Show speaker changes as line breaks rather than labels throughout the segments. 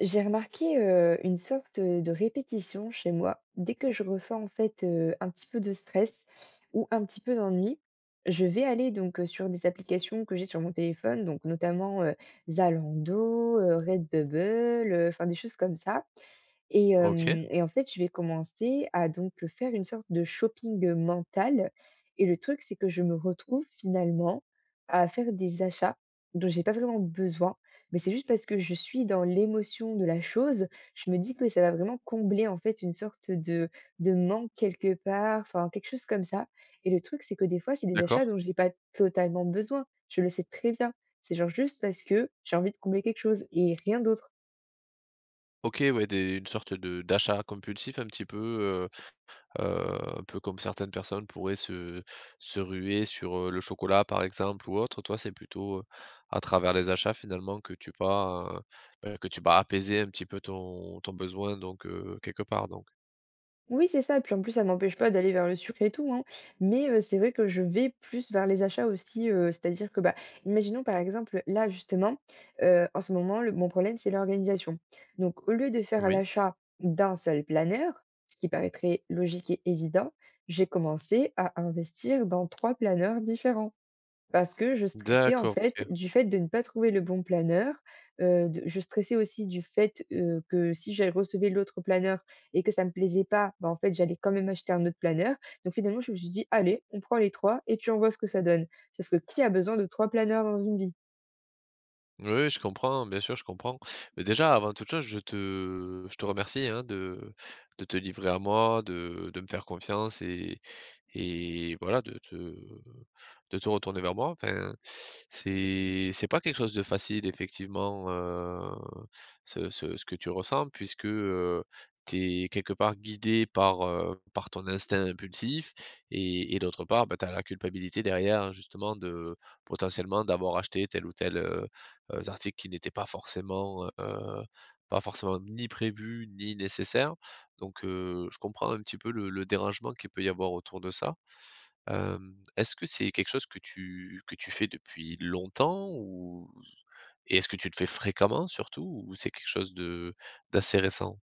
J'ai remarqué, une sorte, de répétition chez moi. Dès que je ressens en fait, un petit peu de stress ou un petit peu d'ennui, je vais aller donc, sur des applications que j'ai sur mon téléphone, donc notamment, Zalando, Redbubble, enfin des choses comme ça. Et
OK,
hem et en fait, je vais commencer à donc, faire une sorte de shopping, mental et le truc, c'est que je me retrouve finalement à faire des achats dont j'ai pas vraiment besoin, mais c'est juste parce que je suis dans l'émotion de la chose. Je me dis que ça va vraiment combler, en fait, une sorte de manque quelque part, enfin, quelque chose comme ça et le truc, c'est que des fois, c'est des achats
d'accord.
dont je n'ai pas totalement besoin. Je le sais très bien. C'est genre juste parce que j'ai envie de combler quelque chose et rien d'autre.
OK, ouais, des une sorte de d'achat compulsif un petit peu, un peu comme certaines personnes pourraient se ruer sur, le chocolat par exemple ou autre. Toi, c'est plutôt, à travers les achats finalement que tu vas, bah, que tu vas apaiser un petit peu ton besoin donc, quelque part donc.
Oui, c'est ça. Puis en plus, ça m'empêche pas d'aller vers le sucre et tout, hein. Mais c'est vrai que je vais plus vers les achats aussi, c'est-à-dire que, bah, imaginons par exemple, là justement, en ce moment, le mon problème, c'est l'organisation. Donc au lieu de faire
Oui.
l'achat d'un seul planeur, ce qui paraîtrait logique et évident, j'ai commencé à investir dans 3 planeurs différents. Parce que je stressais en
D'accord,
fait
OK.
du fait de ne pas trouver le bon planeur, de je stressais aussi du fait, que si je recevais l'autre planeur et que ça me plaisait pas, bah, en fait j'allais quand même acheter un autre planeur. Donc finalement je me suis dit: «Allez, on prend les 3 et puis on voit ce que ça donne». Sauf que qui a besoin de 3 planeurs dans une vie?
Oui, oui, je comprends, bien sûr, je comprends. Mais déjà, avant toute chose, je te remercie hein, de te livrer à moi, de me faire confiance et voilà, de te retourner vers moi. Enfin, c'est pas quelque chose de facile, effectivement, ce que tu ressens, puisque tu es quelque part guidé par, par ton instinct impulsif et d'autre part, bah, tu as la culpabilité derrière, justement, de potentiellement d'avoir acheté tel ou tel. Articles qui n'étaient pas forcément, pas forcément ni prévus ni nécessaires. Donc je comprends un petit peu le dérangement qu'il peut y avoir autour de ça. Est-ce que c'est quelque chose que tu fais depuis longtemps ou et est-ce que tu le fais fréquemment surtout ou c'est quelque chose de d'assez récent?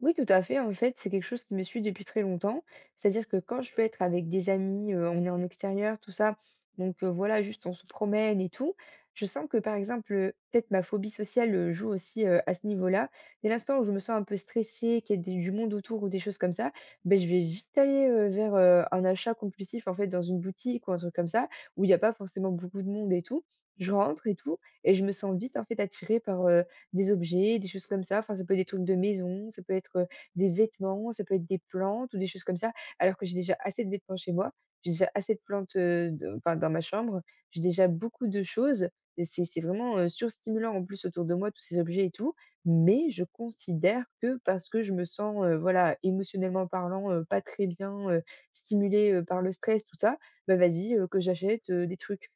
Oui, tout à fait. En fait, c'est quelque chose qui me suit depuis très longtemps. C'est-à-dire que quand je peux être avec des amis, on est en extérieur, tout ça, voilà, juste on se promène et tout. Je sens que, par exemple, peut-être ma phobie sociale, joue aussi, à ce niveau-là. Dès l'instant où je me sens un peu stressée, qu'il y a des du monde autour ou des choses comme ça, ben je vais vite aller, vers, un achat compulsif, en fait, dans une boutique ou un truc comme ça, où il n'y a pas forcément beaucoup de monde et tout. Je rentre et tout et je me sens vite, en fait, attirée par, des objets, des choses comme ça. Enfin, ça peut être des trucs de maison, ça peut être, des vêtements, ça peut être des plantes ou des choses comme ça. Alors que j'ai déjà assez de vêtements chez moi, j'ai déjà assez de plantes, de enfin, dans ma chambre. J'ai déjà beaucoup de choses et c'est vraiment, surstimulant en plus autour de moi tous ces objets et tout. Mais je considère que parce que je me sens, voilà, émotionnellement parlant, pas très bien, stimulée, par le stress, tout ça, bah, vas-y, que j'achète, des trucs.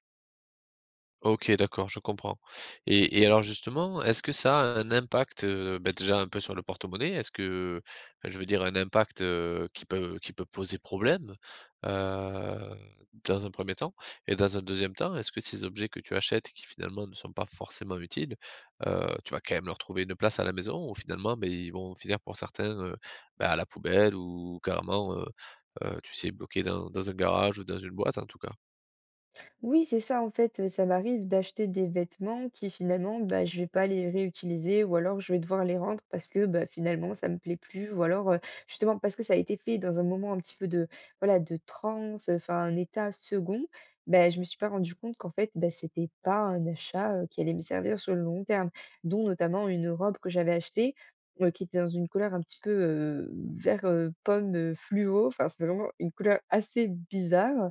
OK, d'accord, je comprends et alors justement, est-ce que ça a un impact, bah, déjà un peu sur le porte-monnaie? Est-ce que enfin, je veux dire un impact, qui peut poser problème, heu, dans un premier temps et dans un deuxième temps, est-ce que ces objets que tu achètes et qui finalement ne sont pas forcément utiles, tu vas quand même leur trouver une place à la maison ou finalement, beh, ils vont finir pour certains, bah, à la poubelle ou carrément, tu sais bloqués dans dans un garage ou dans une boîte en tout cas?
Oui, c'est ça, en fait, ça m'arrive d'acheter des vêtements qui finalement, bah, je vais pas les réutiliser ou alors je vais devoir les rendre parce que, bah, finalement ça me plaît plus ou alors, justement parce que ça a été fait dans un moment un petit peu de, voilà, de transe, enfin un état second, bah, je me suis pas rendu compte qu'en fait, bah, c'était pas un achat, qui allait me servir sur le long terme. Dont notamment une robe que j'avais achetée, qui était dans une couleur un petit peu, vert, pomme, fluo, enfin c'est vraiment une couleur assez bizarre,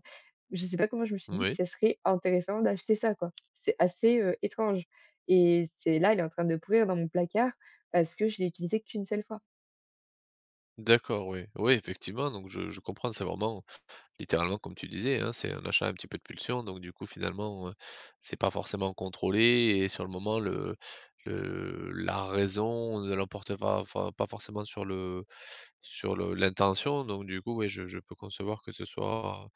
je sais pas comment je me suis dit que
Oui,
ça serait intéressant d'acheter ça, quoi. C'est assez, étrange et c'est là, il est en train de pourrir dans mon placard parce que je l'ai utilisé qu'une seule fois.
d'accord, oui. Oui, effectivement, donc je comprends, c'est vraiment, littéralement, comme tu disais, hein, c'est un achat un petit peu de pulsion, donc du coup, finalement, c'est pas forcément contrôlé, et sur le moment, la raison ne l'emporte pas, enfin, pas forcément sur l'intention, donc du coup, oui, je peux concevoir que ce soit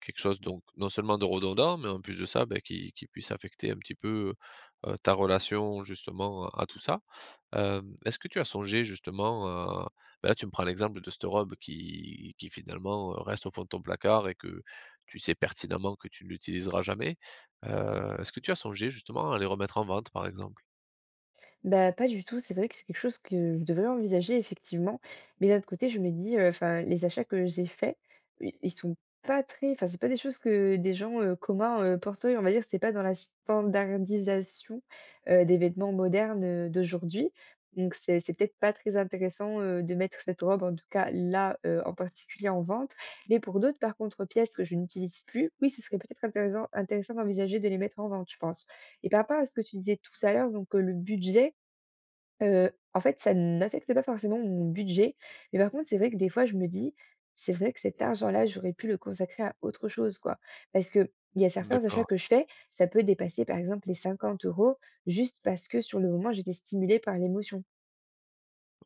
quelque chose, donc, non seulement de redondant, mais en plus de ça, ben, qui puisse affecter un petit peu ta relation, justement, à tout ça. Est-ce que tu as songé justement à bah, là, tu me prends l'exemple de cette robe qui finalement, reste au fond de ton placard et que tu sais pertinemment que tu ne l'utiliseras jamais. Est-ce que tu as songé justement à les remettre en vente, par exemple?
Bah, pas du tout. C'est vrai que c'est quelque chose que je devrais envisager effectivement. Mais d'un autre côté, je me dis, enfin, les achats que j'ai faits, i ils sont pas très, enfin, c'est pas des choses que des gens, communs, porteraient. On va dire, c'est pas dans la standardisation, des vêtements modernes, d'aujourd'hui. Donc c'est peut-être pas très intéressant, de mettre cette robe, en tout cas là, en particulier en vente. Mais pour d'autres, par contre, pièces que je n'utilise plus, oui, ce serait peut-être intéressant d'envisager de les mettre en vente, je pense. Et par rapport à ce que tu disais tout à l'heure, donc, le budget. En fait, ça n'affecte pas forcément mon budget, mais par contre, c'est vrai que des fois, je me dis: «C'est vrai que cet argent-là, j'aurais pu le consacrer à autre chose, quoi». Parce que il y a certains achats
D'accord,
que je fais, ça peut dépasser, par exemple, les 50 euros, juste parce que sur le moment, j'étais stimulée par l'émotion.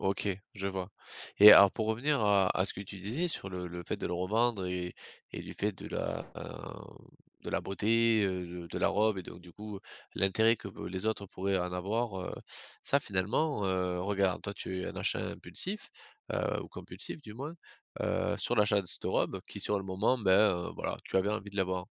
OK, je vois. Et alors pour revenir à ce que tu disais sur le fait de le revendre et du fait de la, de la beauté, de la robe et donc du coup, l'intérêt que peu les autres pourraient en avoir, ça finalement, regarde, toi tu es un achat impulsif, ou compulsif du moins, sur l'achat de cette robe qui sur le moment, ben, voilà, tu avais envie de l'avoir.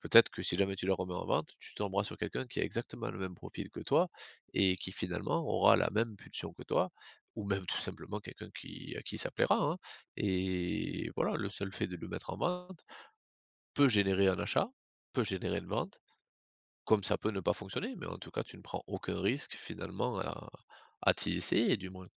Peut-être que si jamais tu la remets en vente, tu tomberas sur quelqu'un qui a exactement le même profil que toi et qui finalement aura la même pulsion que toi, ou même tout simplement quelqu'un qui à qui ça plaira, hein. Et voilà, le seul fait de le mettre en vente peut générer un achat, peut générer une vente, comme ça peut ne pas fonctionner, mais en tout cas, tu ne prends aucun risque finalement à t'y essayer du moins.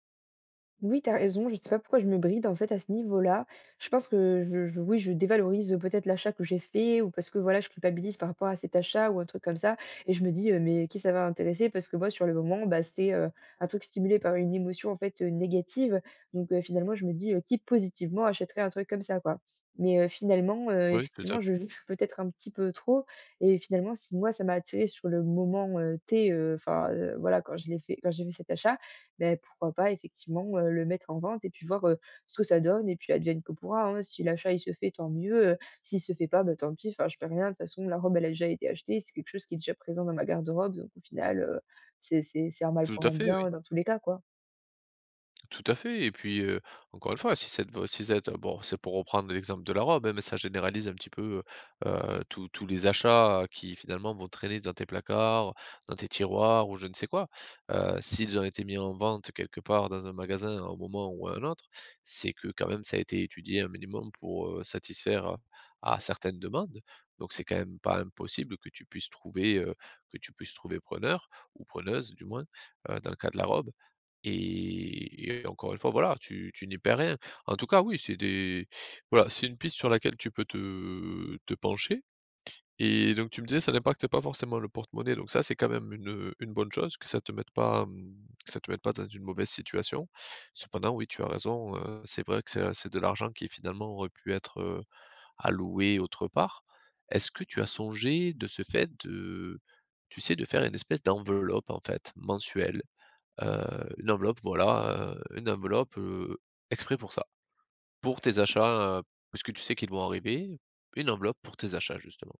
Oui, t'as raison, je sais pas pourquoi je me bride en fait à ce niveau-là. Je pense que oui, je dévalorise peut-être l'achat que j'ai fait ou parce que voilà, je culpabilise par rapport à cet achat ou un truc comme ça et je me dis mais qui ça va intéresser parce que moi sur le moment, bah c'était un truc stimulé par une émotion en fait négative. Donc finalement, je me dis qui positivement achèterait un truc comme ça quoi. Mais finalement,
Oui,
effectivement, je juge peut-être un petit peu trop. Et finalement, si moi, ça m'a attiré sur le moment enfin voilà, quand quand j'ai fait cet achat, beh, pourquoi pas effectivement, le mettre en vente et puis voir, ce que ça donne et puis advienne que pourra, hein. Si l'achat il se fait, tant mieux, s'il se fait pas, ben tant pis, enfin je perds rien. De toute façon la robe elle a déjà été achetée, c'est quelque chose qui est déjà présent dans ma garde-robe donc au final, c'est un mal
tout
pour
à
un
fait, oui.
bien dans tous les cas, quoi.
Tout à fait et puis, encore une fois, si cette bon, c'est pour reprendre l'exemple de la robe, hein, mais ça généralise un petit peu, heu tous les achats qui finalement vont traîner dans tes placards, dans tes tiroirs ou je ne sais quoi. S'ils ont été mis en vente quelque part dans un magasin à un moment ou à un autre, c'est que quand même ça a été étudié un minimum pour, satisfaire, à certaines demandes. Donc c'est quand même pas impossible que tu puisses trouver, que tu puisses trouver preneur ou preneuse du moins, dans le cas de la robe. Et encore une fois, voilà, tu n'y perds rien. En tout cas, oui, c'est des voilà, c'est une piste sur laquelle tu peux te pencher et donc tu me disais, ça n'impacte pas forcément le porte-monnaie, donc ça, c'est quand même une bonne chose que ça te mette pas, mmh, que ça te mette pas dans une mauvaise situation. Cependant, oui, tu as raison, c'est vrai que c'est de l'argent qui finalement aurait pu être, alloué autre part. Est-ce que tu as songé de ce fait de tu sais, de faire une espèce d'enveloppe en fait, mensuelle? Une enveloppe, voilà, une enveloppe, exprès pour ça, pour tes achats, parce que tu sais qu'ils vont arriver, une enveloppe pour tes achats justement.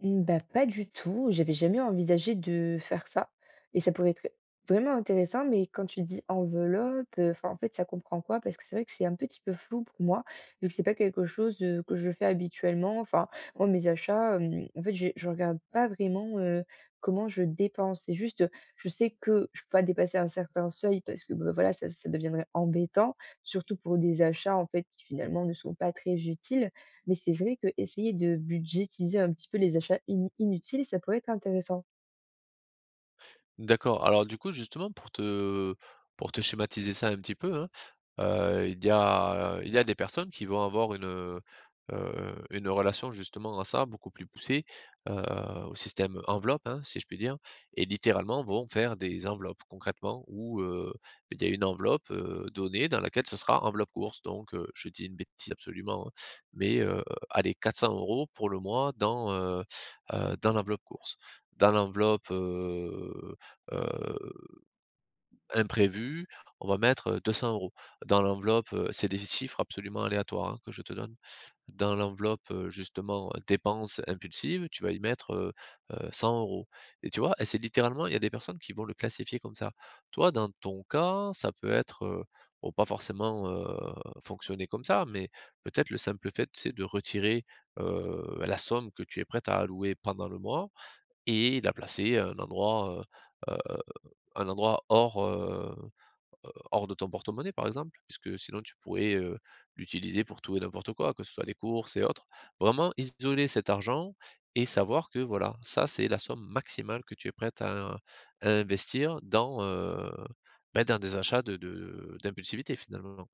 Mmh, bah, pas du tout, j'avais jamais envisagé de faire ça et ça pourrait être vraiment intéressant, mais quand tu dis enveloppe, enfin, en fait, ça comprend quoi? Parce que c'est vrai que c'est un petit peu flou pour moi, vu que c'est pas quelque chose, que je fais habituellement. Enfin, moi, mes achats, en fait, j'ai je regarde pas vraiment, comment je dépense. C'est juste, je sais que je peux pas dépasser un certain seuil parce que, bah, voilà, ça deviendrait embêtant, surtout pour des achats, en fait, qui finalement ne sont pas très utiles. Mais c'est vrai que essayer de budgétiser un petit peu les achats ini inutiles, ça pourrait être intéressant.
D'accord. Alors du coup, justement, pour te schématiser ça un petit peu, hein, il y a des personnes qui vont avoir une relation justement à ça, beaucoup plus poussée, heu, au système enveloppe, hein, si je puis dire et littéralement vont faire des enveloppes concrètement où, il y a une enveloppe, donnée dans laquelle ce sera enveloppe course. Donc je dis une bêtise absolument, hein, mais allez 400 euros pour le mois dans, dans l'enveloppe course, dans l'enveloppe, euh, heu, imprévu, on va mettre, 200 euros dans l'enveloppe, c'est des chiffres absolument aléatoires, hein, que je te donne. Dans l'enveloppe, justement, dépenses impulsives, tu vas y mettre, 100 euros. Et tu vois? Et c'est littéralement il y a des personnes qui vont le classifier comme ça. Toi, dans ton cas, ça peut être, bon, pas forcément, fonctionner comme ça, mais peut-être le simple fait, c'est de retirer, la somme que tu es prête à allouer pendant le mois et la placer à un endroit hors, hors de ton porte-monnaie, par exemple, puisque sinon tu pourrais, l'utiliser pour tout et n'importe quoi, que ce soit les courses et autres. Vraiment isoler cet argent et savoir que voilà, ça c'est la somme maximale que tu es prête à investir dans, bah, dans des achats de d'impulsivité finalement.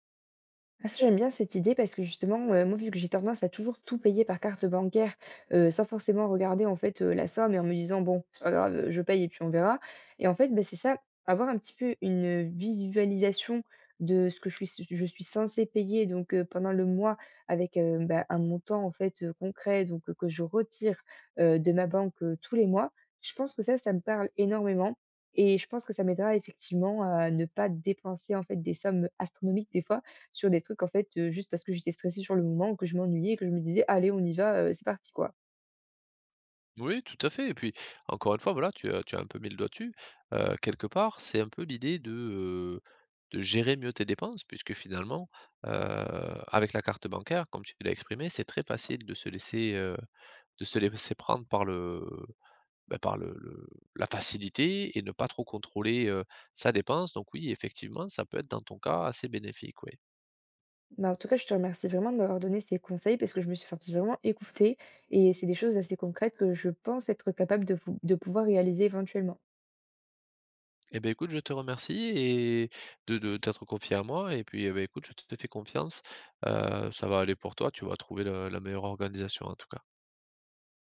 Ah ça, j'aime bien cette idée parce que justement, moi, vu que j'ai tendance à toujours tout payer par carte bancaire, sans forcément regarder, en fait, la somme et en me disant: «Bon, c'est pas grave, je paye et puis on verra» et en fait, bah, c'est ça, avoir un petit peu une, visualisation de ce que je suis censée payer donc pendant le mois avec, bah, un montant, en fait, concret donc que je retire, de ma banque, tous les mois. Je pense que ça me parle énormément et je pense que ça m'aidera effectivement à ne pas dépenser, en fait, des sommes astronomiques des fois sur des trucs en fait, juste parce que j'étais stressée sur le moment ou que je m'ennuyais et que je me disais: «Allez on y va, c'est parti quoi».
Oui, tout à fait et puis, encore une fois, voilà, tu as un peu mis le doigt dessus, quelque part, c'est un peu l'idée de gérer mieux tes dépenses puisque finalement, heu, avec la carte bancaire, comme tu l'as exprimé, c'est très facile de se laisser prendre par le, bah, par le la facilité et ne pas trop contrôler, sa dépense donc oui, effectivement, ça peut être dans ton cas assez bénéfique, oui.
Bah, en tout cas je te remercie vraiment de m'avoir donné ces conseils parce que je me suis sentie vraiment écoutée et c'est des choses assez concrètes que je pense être capable de pouvoir réaliser éventuellement.
Eh ben écoute, je te remercie et de t'être confié à moi et puis, eh beh, écoute, je te fais confiance. Ça va aller pour toi, tu vas trouver le la meilleure organisation en tout cas.